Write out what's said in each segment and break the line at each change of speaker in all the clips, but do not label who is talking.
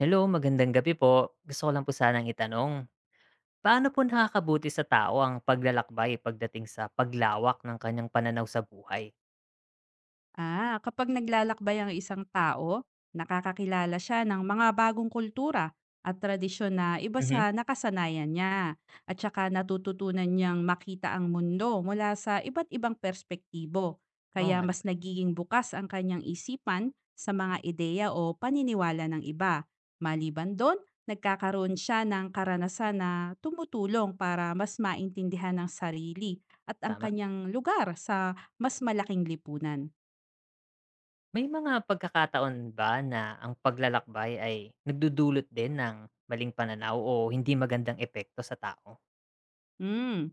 Hello, magandang gabi po. Gusto ko lang po sanang itanong, paano po nakakabuti sa tao ang paglalakbay pagdating sa paglawak ng kanyang pananaw sa buhay?
Ah, kapag naglalakbay ang isang tao, nakakakilala siya ng mga bagong kultura at tradisyon na iba
Mhm.
sa nakasanayan niya. At saka natututunan niyang makita ang mundo mula sa iba't ibang perspektibo.
Oo
Kaya
nga naman,
mas nagiging bukas ang kanyang isipan sa mga ideya o paniniwala ng iba. Maliban doon, nagkakaroon siya ng karanasan na tumutulong para mas maintindihan ang sarili at ang
tama.
kanyang lugar sa mas malaking lipunan.
May mga pagkakataon ba na ang paglalakbay ay nagdudulot din ng maling pananaw o hindi magandang epekto sa tao?
Hmm,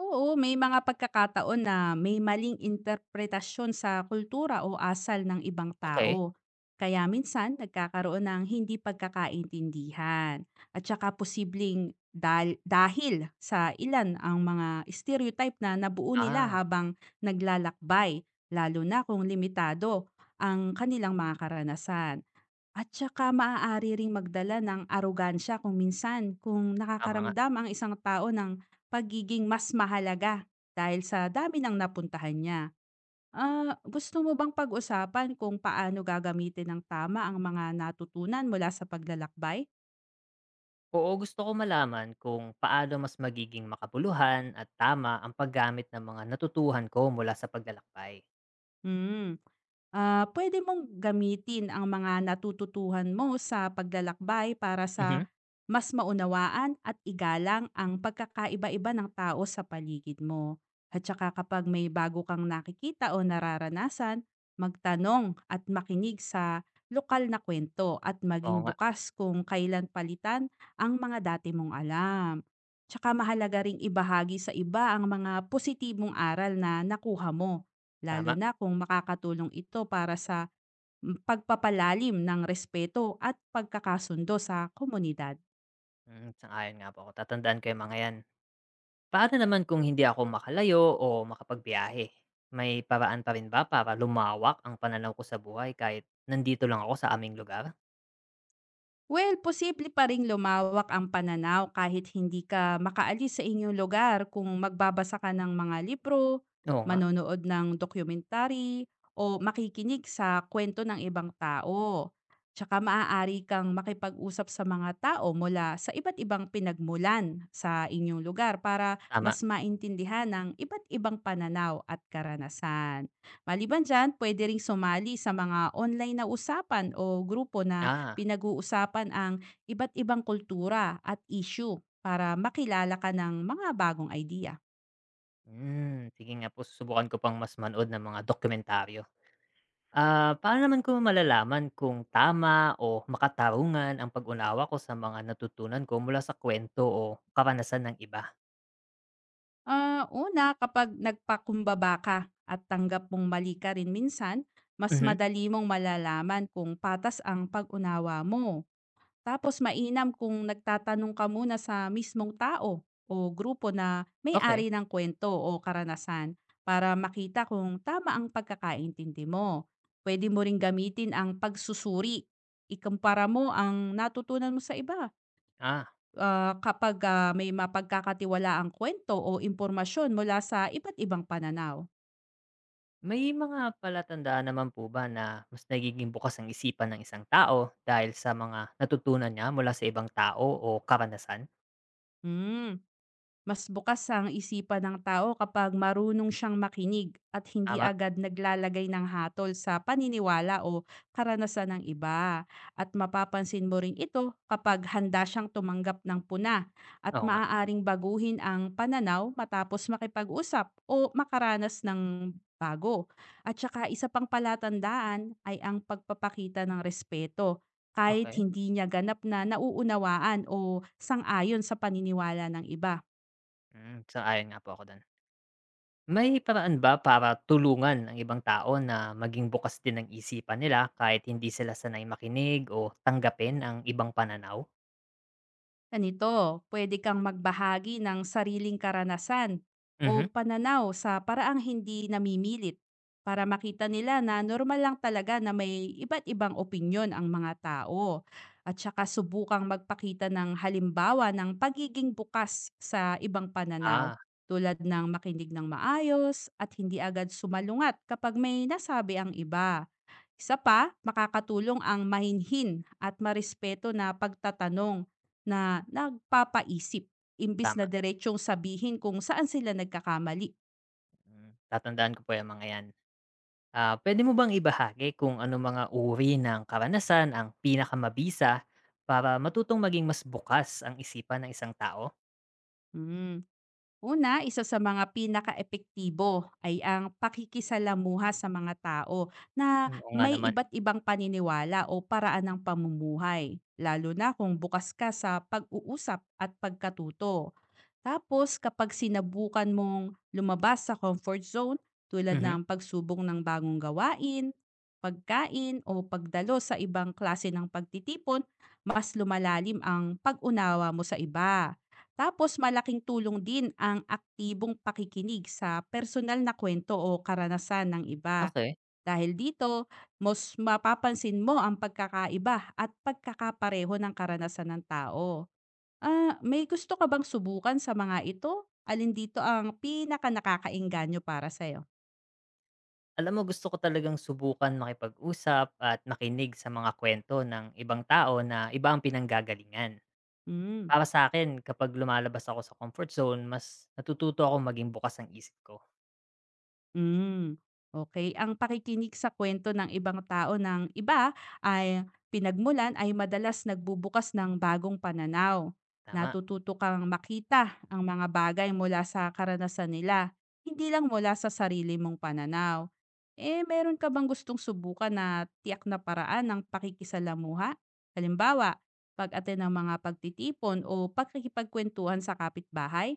oo, may mga pagkakataon na may maling interpretasyon sa kultura o asal ng ibang
Okay.
tao. Kaya minsan nagkakaroon ng hindi pagkakaintindihan at saka posibleng dahil sa ilan ang mga stereotype na nabuo nila
Ah,
habang naglalakbay, lalo na kung limitado ang kanilang mga karanasan. At saka maaari ring magdala ng arugansya kung minsan kung
Tama nga.
nakakaramdam ang isang tao ng pagiging mas mahalaga dahil sa dami ng napuntahan niya. Ah, gusto mo bang pag-usapan kung paano gagamitin ng tama ang mga natutunan mula sa paglalakbay?
Oo, gusto ko malaman kung paano mas magiging makabuluhan at tama ang paggamit ng mga natutuhan ko mula sa paglalakbay.
Hmm. Ah, puwede mong gamitin ang mga natututuhan mo sa paglalakbay para
Mhm.
sa mas maunawaan at igalang ang pagkakaiba-iba ng tao sa paligid mo. At saka kapag may bago kang nakikita o nararanasan, magtanong at makinig sa lokal na kwento at
Oo
maging
nga,
bukas kung kailan palitan ang mga dati mong alam. Tsaka mahalaga ring ibahagi sa iba ang mga positibong aral na nakuha mo, lalo
tama.
na kung makakatulong ito para sa pagpapalalim ng respeto at pagkakasundo sa komunidad.
Mm, sang-ayon nga po ako, tatandaan ko yung mga yan. Paano naman kung hindi ako makalayo o makapagbiyahe? May paraan pa rin ba para lumawak ang pananaw ko sa buhay kahit nandito lang ako sa aming lugar?
Well, posible pa ring lumawak ang pananaw kahit hindi ka makaalis sa inyong lugar kung magbabasa ka ng mga libro,
Oo nga,
manonood ng dokumentary, o makikinig sa kwento ng ibang tao. Tsaka maaari kang makipag-usap sa mga tao mula sa iba't ibang pinagmulan sa inyong lugar para
tama.
mas maintindihan ang iba't ibang pananaw at karanasan. Maliban dyan, pwede ring sumali sa mga online na usapan o grupo na
Ah,
pinag-uusapan ang iba't ibang kultura at issue para makilala ka ng mga bagong idea.
hmm, sige nga po susubukan ko pang mas manood ng mga dokumentaryo. Paano naman ko malalaman kung tama o makatarungan ang pag-unawa ko sa mga natutunan ko mula sa kwento o karanasan ng iba?
Ah, una, kapag nagpakumbaba ka at tanggap mong mali ka rin minsan, mas
Mhm,
madali mong malalaman kung patas ang pag-unawa mo. Tapos mainam kung nagtatanong ka muna sa mismong tao o grupo na
okay,
may-ari ng kwento o karanasan para makita kung tama ang pagkakaintindi mo. Pwede mo ring gamitin ang pagsusuri. Ikumpara mo ang natutunan mo sa iba,
Ah.
kapag may mapagkakatiwala ang kwento o impormasyon mula sa iba't ibang pananaw.
May mga palatandaan naman po ba na mas nagiging bukas ang isipan ng isang tao dahil sa mga natutunan niya mula sa ibang tao o karanasan?
Mm. Mas bukas ang isipan ng tao kapag marunong siyang makinig at hindi
Tama?
agad naglalagay ng hatol sa paniniwala o karanasan ng iba. At mapapansin mo rin ito kapag handa siyang tumanggap ng puna at
Oo nga.
maaaring baguhin ang pananaw matapos makipag-usap o makaranas ng bago. At saka isa pang palatandaan ay ang pagpapakita ng respeto kahit
Okey.
hindi niya ganap na nauunawaan o sang-ayon sa paniniwala ng iba.
Hmm, sang-ayon nga po ako do'n. May paraan ba para tulungan ang ibang tao na maging bukas din ang isipan nila kahit hindi sila sanay makinig o tanggapin ang ibang pananaw?
Ganito, pwede kang magbahagi ng sariling karanasan o
Mhm.
pananaw sa paraang hindi namimilit para makita nila na normal lang talaga na may iba't ibang opinyon ang mga tao. At saka subukang magpakita ng halimbawa ng pagiging bukas sa ibang pananaw,
Ah,
tulad ng makinig ng maayos at hindi agad sumalungat kapag may nasabi ang iba. Isa pa, makakatulong ang mahinhin at marespeto na pagtatanong na nagpapaisip imbis na
tama.
diretsong sabihin kung saan sila nagkakamali.
Hmm, tatandaan ko po yang mga 'yan. Pwede mo bang ibahagi kung ano mga uri ng karanasan ang pinakamabisa para matutong maging mas bukas ang isipan ng isang tao?
Mm. Una, isa sa mga pinaka-epektibo ay ang pakikisalamuha sa mga tao na
Hmm, oo nga
may
naman.
iba't ibang paniniwala o paraan ng pamumuhay, lalo na kung bukas ka sa pag-uusap at pagkatuto. Tapos kapag sinabukan mong lumabas sa comfort zone tulad
Mhm,
ng pagsubok ng bagong gawain, pagkain o pagdalo sa ibang klase ng pagtitipon, mas lumalalim ang pag-unawa mo sa iba. Tapos malaking tulong din ang aktibong pakikinig sa personal na kwento o karanasan ng iba.
okey.
Dahil dito, mas mapapansin mo ang pagkakaiba at pagkakapareho ng karanasan ng tao. Ah, may gusto ka bang subukan sa mga ito? Alin dito ang pinakanakakaengganyo para sa'yo?
Alam mo gusto ko talagang subukan makipag-usap at makinig sa mga kwento ng ibang tao na iba ang pinanggagalingan.
Hmm.
Para sa akin kapag lumalabas ako sa comfort zone mas natututo ako maging bukas ang isip ko,
Hmm, okay. Ang pakikinig sa kwento ng ibang tao ng iba ay pinagmulan ay madalas nagbubukas ng bagong pananaw.
tama.
Natututo kang makita ang mga bagay mula sa karanasan nila, hindi lang mula sa sarili mong pananaw. Eh, meron ka bang gustong subukan na tiyak na paraan ng pakikisalamuha? Halimbawa, pag-attend ng mga pagtitipon o pakikipagkuwentuhan sa kapitbahay?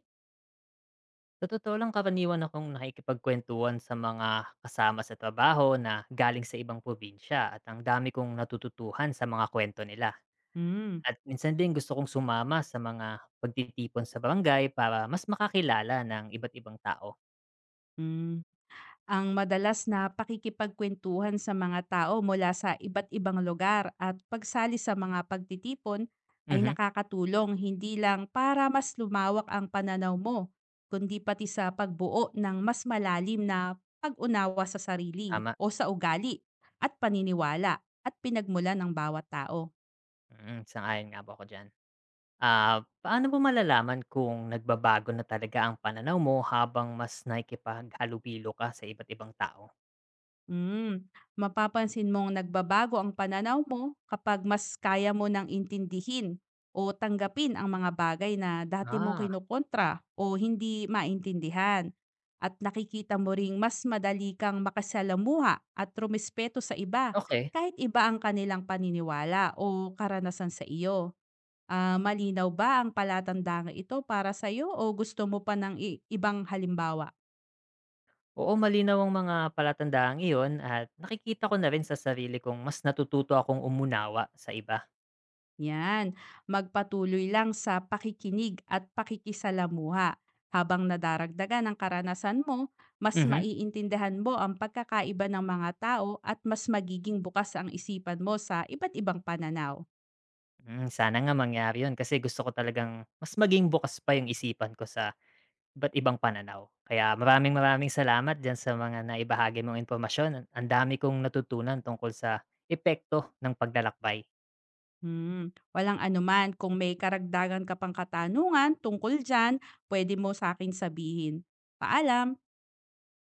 Sa totoo lang karaniwan akong nakikipagkuwentuhan sa mga kasama sa trabaho na galing sa ibang probinsya at ang dami kong natututuhan sa mga kwento nila.
Hmm,
At minsan din gusto kong sumama sa mga pagtitipon sa barangay para mas makakilala ng iba't ibang tao.
hmm. Ang madalas na pakikipagkwentuhan sa mga tao mula sa iba't ibang lugar at pagsali sa mga pagtitipon ay
Mhm,
nakakatulong hindi lang para mas lumawak ang pananaw mo, kundi pati sa pagbuo ng mas malalim na pag-unawa sa sarili
tama.
o sa ugali at paniniwala at pinagmula ng bawat tao.
Mm, sang-ayon nga po ako diyan. Paano mo malalaman kung nagbabago na talaga ang pananaw mo habang mas nakikipaghalubilo ka sa iba't ibang tao?
Mapapansin mong nagbabago ang pananaw mo kapag mas kaya mo nang intindihin o tanggapin ang mga bagay na dati mong
Ah,
kinukontra o hindi maintindihan. At nakikita mo ring mas madali kang makasalamuha at rumispeto sa iba
okay.
kahit iba ang kanilang paniniwala o karanasan sa iyo. Ah, malinaw ba ang palatandang ito para sa iyo o gusto mo pa ng ibang halimbawa?
Oo, malinaw ang mga palatandaang iyon at nakikita ko na rin sa sarili kong mas natututo akong umunawa sa iba.
Yan, magpatuloy lang sa pakikinig at pakikisalamuha. Habang nadaragdagan ang karanasan mo, mas
Mhm.
maiintindihan mo ang pagkakaiba ng mga tao at mas magiging bukas ang isipan mo sa iba't ibang pananaw.
Mm, sana nga mangyari yun kasi gusto ko talagang mas maging bukas pa yung isipan ko sa iba't ibang pananaw. Kaya maraming maraming salamat dyan sa mga naibahagi mong impormasyon. Ang dami kong natutunan tungkol sa epekto ng paglalakbay.
Walang anuman. Kung may karagdagan ka pang katanungan tungkol dyan, pwede mo sa akin sabihin. Paalam!